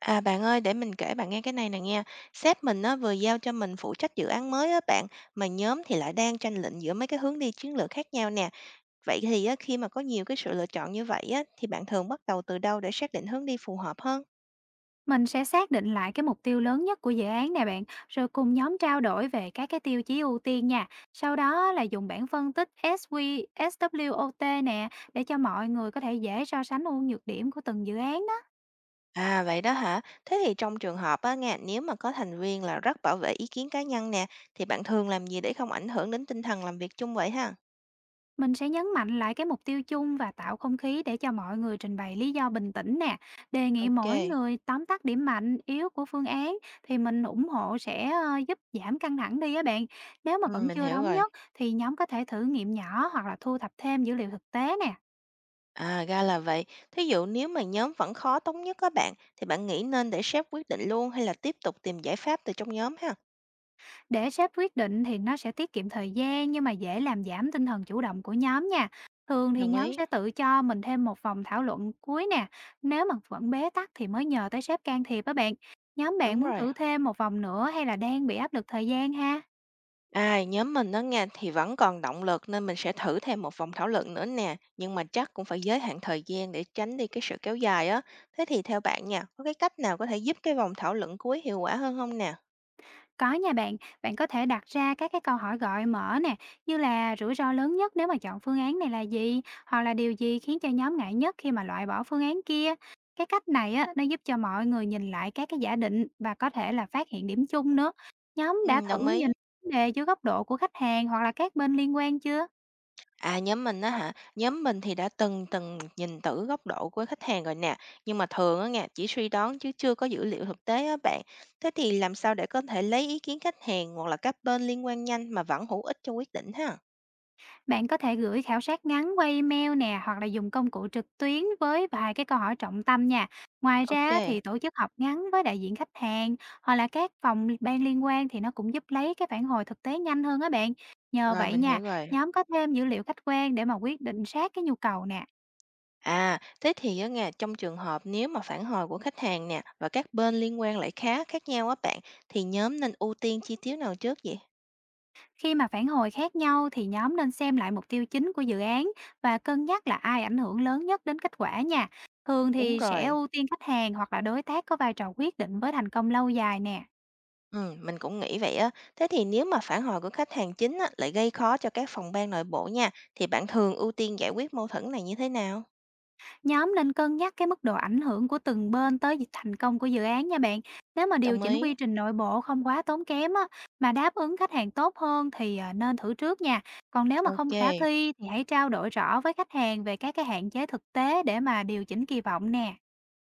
À, bạn ơi, để mình kể bạn nghe cái này nè nghe. Sếp mình á, vừa giao cho mình phụ trách dự án mới á bạn, mà nhóm thì lại đang tranh luận giữa mấy cái hướng đi chiến lược khác nhau nè. Vậy thì á, khi mà có nhiều cái sự lựa chọn như vậy á, thì bạn thường bắt đầu từ đâu để xác định hướng đi phù hợp hơn? Mình sẽ xác định lại cái mục tiêu lớn nhất của dự án nè bạn, rồi cùng nhóm trao đổi về các cái tiêu chí ưu tiên nha. Sau đó là dùng bảng phân tích SWOT nè để cho mọi người có thể dễ so sánh ưu nhược điểm của từng dự án. À vậy đó hả? Thế thì trong trường hợp á nghe, nếu mà có thành viên là rất bảo vệ ý kiến cá nhân nè, thì bạn thường làm gì để không ảnh hưởng đến tinh thần làm việc chung vậy ha? Mình sẽ nhấn mạnh lại cái mục tiêu chung và tạo không khí để cho mọi người trình bày lý do bình tĩnh nè. Đề nghị Ok, mỗi người tóm tắt điểm mạnh, yếu của phương án thì mình ủng hộ sẽ giúp giảm căng thẳng đi á bạn. Nếu mà ừ, vẫn mình chưa hiểu thống rồi. nhất thì nhóm có thể thử nghiệm nhỏ hoặc là thu thập thêm dữ liệu thực tế nè. À, ra là vậy. Thí dụ nếu mà nhóm vẫn khó thống nhất các bạn, thì bạn nghĩ nên để sếp quyết định luôn hay là tiếp tục tìm giải pháp từ trong nhóm ha? Để sếp quyết định thì nó sẽ tiết kiệm thời gian, nhưng mà dễ làm giảm tinh thần chủ động của nhóm nha. Thường thì Đồng nhóm ý. sẽ tự cho mình thêm một vòng thảo luận cuối nè. Nếu mà vẫn bế tắc thì mới nhờ tới sếp can thiệp á bạn. Nhóm bạn Đúng muốn rồi. thử thêm một vòng nữa hay là đang bị áp lực thời gian ha? À, nhóm mình đó nghe thì vẫn còn động lực nên mình sẽ thử thêm một vòng thảo luận nữa nè. Nhưng mà chắc cũng phải giới hạn thời gian để tránh đi cái sự kéo dài á. Thế thì theo bạn nha, có cái cách nào có thể giúp cái vòng thảo luận cuối hiệu quả hơn không nè? Có nha bạn, bạn có thể đặt ra các cái câu hỏi gợi mở nè, như là rủi ro lớn nhất nếu mà chọn phương án này là gì, hoặc là điều gì khiến cho nhóm ngại nhất khi mà loại bỏ phương án kia. Cái cách này á, nó giúp cho mọi người nhìn lại các cái giả định và có thể là phát hiện điểm chung nữa. Nhóm đã Ừ, thử đồng ý. nhìn vấn đề dưới góc độ của khách hàng hoặc là các bên liên quan chưa? À, nhóm mình á hả? Nhóm mình thì đã từng từng nhìn thử góc độ của khách hàng rồi nè, nhưng mà thường á nha, chỉ suy đoán chứ chưa có dữ liệu thực tế á bạn. Thế thì làm sao để có thể lấy ý kiến khách hàng hoặc là các bên liên quan nhanh mà vẫn hữu ích cho quyết định ha? Bạn có thể gửi khảo sát ngắn qua email nè, hoặc là dùng công cụ trực tuyến với vài cái câu hỏi trọng tâm nha. Ngoài Ok, ra thì tổ chức họp ngắn với đại diện khách hàng hoặc là các phòng ban liên quan thì nó cũng giúp lấy cái phản hồi thực tế nhanh hơn á bạn. Nhờ rồi vậy mình nha, hiểu rồi. nhóm có thêm dữ liệu khách quan để mà quyết định sát cái nhu cầu nè. À, thế thì á nha, trong trường hợp nếu mà phản hồi của khách hàng nè và các bên liên quan lại khá khác nhau á bạn, thì nhóm nên ưu tiên chi tiết nào trước vậy? Khi mà phản hồi khác nhau thì nhóm nên xem lại mục tiêu chính của dự án và cân nhắc là ai ảnh hưởng lớn nhất đến kết quả nha. Thường Đúng thì sẽ rồi. ưu tiên khách hàng hoặc là đối tác có vai trò quyết định với thành công lâu dài nè. Mình cũng nghĩ vậy á. Thế thì nếu mà phản hồi của khách hàng chính á, lại gây khó cho các phòng ban nội bộ nha, thì bạn thường ưu tiên giải quyết mâu thuẫn này như thế nào? Nhóm nên cân nhắc cái mức độ ảnh hưởng của từng bên tới việc thành công của dự án nha bạn. Nếu mà điều Đồng chỉnh quy ý. trình nội bộ không quá tốn kém á, mà đáp ứng khách hàng tốt hơn thì nên thử trước nha. Còn nếu mà Ok, không khả thi thì hãy trao đổi rõ với khách hàng về các cái hạn chế thực tế để mà điều chỉnh kỳ vọng nè.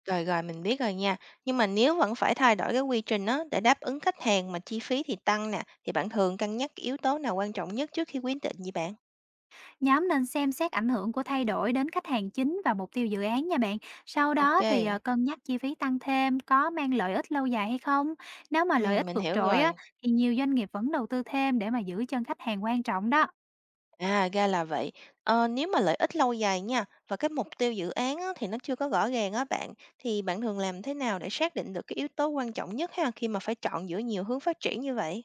rồi rồi mình biết rồi nha. Nhưng mà nếu vẫn phải thay đổi cái quy trình á, để đáp ứng khách hàng mà chi phí thì tăng nè, thì bạn thường cân nhắc cái yếu tố nào quan trọng nhất trước khi quyết định vậy bạn? Nhóm nên xem xét ảnh hưởng của thay đổi đến khách hàng chính và mục tiêu dự án nha bạn. Sau Ok. đó thì cân nhắc chi phí tăng thêm có mang lợi ích lâu dài hay không. Nếu mà Ừ, lợi ích mình vượt hiểu trội á, rồi. thì nhiều doanh nghiệp vẫn đầu tư thêm để mà giữ chân khách hàng quan trọng đó. À, ra là vậy. Ờ, nếu mà lợi ích lâu dài nha và cái mục tiêu dự án á, thì nó chưa có rõ ràng á bạn, thì bạn thường làm thế nào để xác định được cái yếu tố quan trọng nhất ha khi mà phải chọn giữa nhiều hướng phát triển như vậy?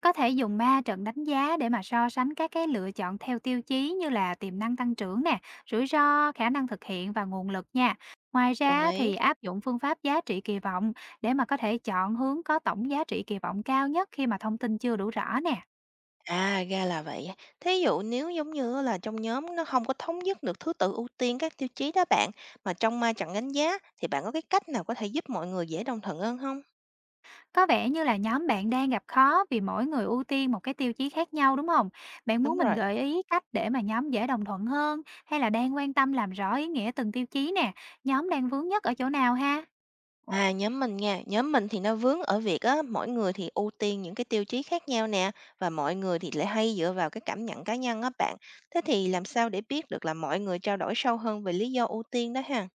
Có thể dùng ba trận đánh giá để mà so sánh các cái lựa chọn theo tiêu chí như là tiềm năng tăng trưởng nè, rủi ro, khả năng thực hiện và nguồn lực nha. Ngoài Đồng ra ý. thì áp dụng phương pháp giá trị kỳ vọng để mà có thể chọn hướng có tổng giá trị kỳ vọng cao nhất khi mà thông tin chưa đủ rõ nè. À, ra là vậy. Thí dụ nếu giống như là trong nhóm nó không có thống nhất được thứ tự ưu tiên các tiêu chí đó bạn, mà trong ma trận đánh giá thì bạn có cái cách nào có thể giúp mọi người dễ đồng thuận hơn không? Có vẻ như là nhóm bạn đang gặp khó vì mỗi người ưu tiên một cái tiêu chí khác nhau, đúng không? Bạn Đúng muốn mình rồi. gợi ý cách để mà nhóm dễ đồng thuận hơn, hay là đang quan tâm làm rõ ý nghĩa từng tiêu chí nè? Nhóm đang vướng nhất ở chỗ nào ha? À, nhóm mình nha, nhóm mình thì nó vướng ở việc á, mỗi người thì ưu tiên những cái tiêu chí khác nhau nè và mọi người thì lại hay dựa vào cái cảm nhận cá nhân á bạn. Thế thì làm sao để biết được là mọi người trao đổi sâu hơn về lý do ưu tiên đó ha?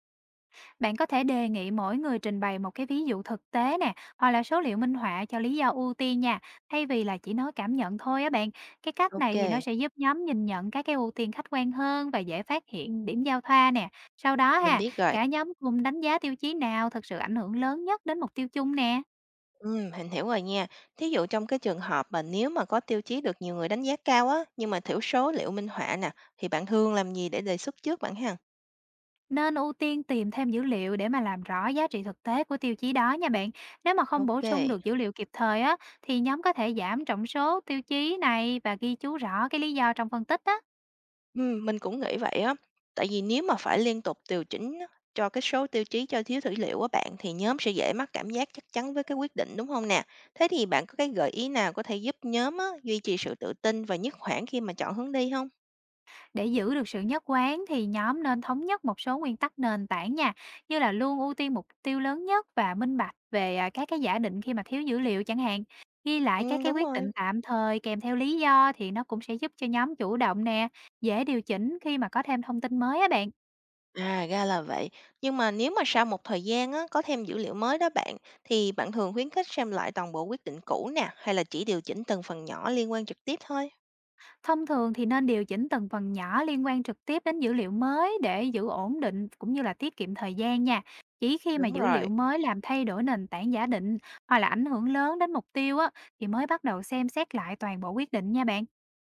Bạn có thể đề nghị mỗi người trình bày một cái ví dụ thực tế nè, hoặc là số liệu minh họa cho lý do ưu tiên nha, thay vì là chỉ nói cảm nhận thôi á bạn. Cái cách Ok, này thì nó sẽ giúp nhóm nhìn nhận các cái ưu tiên khách quan hơn và dễ phát hiện điểm giao thoa nè. Sau đó mình ha, biết rồi. cả nhóm cùng đánh giá tiêu chí nào thực sự ảnh hưởng lớn nhất đến mục tiêu chung nè. Ừ, mình hiểu rồi nha. Thí dụ trong cái trường hợp mà nếu mà có tiêu chí được nhiều người đánh giá cao á, nhưng mà thiểu số liệu minh họa nè, thì bạn Hương làm gì để đề xuất trước bạn ha? Nên ưu tiên tìm thêm dữ liệu để mà làm rõ giá trị thực tế của tiêu chí đó nha bạn. Nếu mà không bổ Ok, sung được dữ liệu kịp thời á, thì nhóm có thể giảm trọng số tiêu chí này và ghi chú rõ cái lý do trong phân tích á. ừm, mình cũng nghĩ vậy á. Tại vì nếu mà phải liên tục điều chỉnh á, cho cái số tiêu chí cho thiếu dữ liệu á bạn, thì nhóm sẽ dễ mắc cảm giác chắc chắn với cái quyết định, đúng không nè? Thế thì bạn có cái gợi ý nào có thể giúp nhóm á, duy trì sự tự tin và nhất quán khi mà chọn hướng đi không? Để giữ được sự nhất quán thì nhóm nên thống nhất một số nguyên tắc nền tảng nha, như là luôn ưu tiên mục tiêu lớn nhất và minh bạch về các cái giả định khi mà thiếu dữ liệu chẳng hạn. Ghi lại các cái Đúng quyết rồi. định tạm thời kèm theo lý do thì nó cũng sẽ giúp cho nhóm chủ động nè, dễ điều chỉnh khi mà có thêm thông tin mới á bạn. À, ra là vậy. Nhưng mà nếu mà sau một thời gian á, có thêm dữ liệu mới đó bạn, thì bạn thường khuyến khích xem lại toàn bộ quyết định cũ nè, hay là chỉ điều chỉnh từng phần nhỏ liên quan trực tiếp thôi? Thông thường thì nên điều chỉnh từng phần nhỏ liên quan trực tiếp đến dữ liệu mới để giữ ổn định, cũng như là tiết kiệm thời gian nha. Chỉ khi mà Đúng dữ liệu rồi. mới làm thay đổi nền tảng giả định hoặc là ảnh hưởng lớn đến mục tiêu á, thì mới bắt đầu xem xét lại toàn bộ quyết định nha bạn.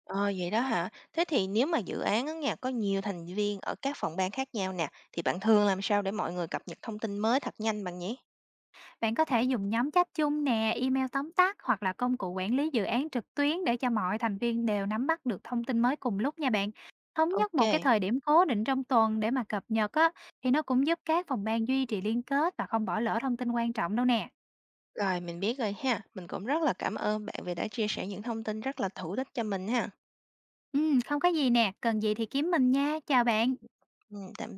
Ờ, vậy đó hả? Thế thì nếu mà dự án á nha, có nhiều thành viên ở các phòng ban khác nhau nè, thì bạn thường làm sao để mọi người cập nhật thông tin mới thật nhanh bạn nhỉ? Bạn có thể dùng nhóm chat chung nè, email tóm tắt hoặc là công cụ quản lý dự án trực tuyến để cho mọi thành viên đều nắm bắt được thông tin mới cùng lúc nha bạn. Thống nhất Ok, một cái thời điểm cố định trong tuần để mà cập nhật á, thì nó cũng giúp các phòng ban duy trì liên kết và không bỏ lỡ thông tin quan trọng đâu nè. rồi mình biết rồi ha. Mình cũng rất là cảm ơn bạn vì đã chia sẻ những thông tin rất là hữu ích cho mình ha. Không có gì nè, cần gì thì kiếm mình nha. Chào bạn. Ừ, tạm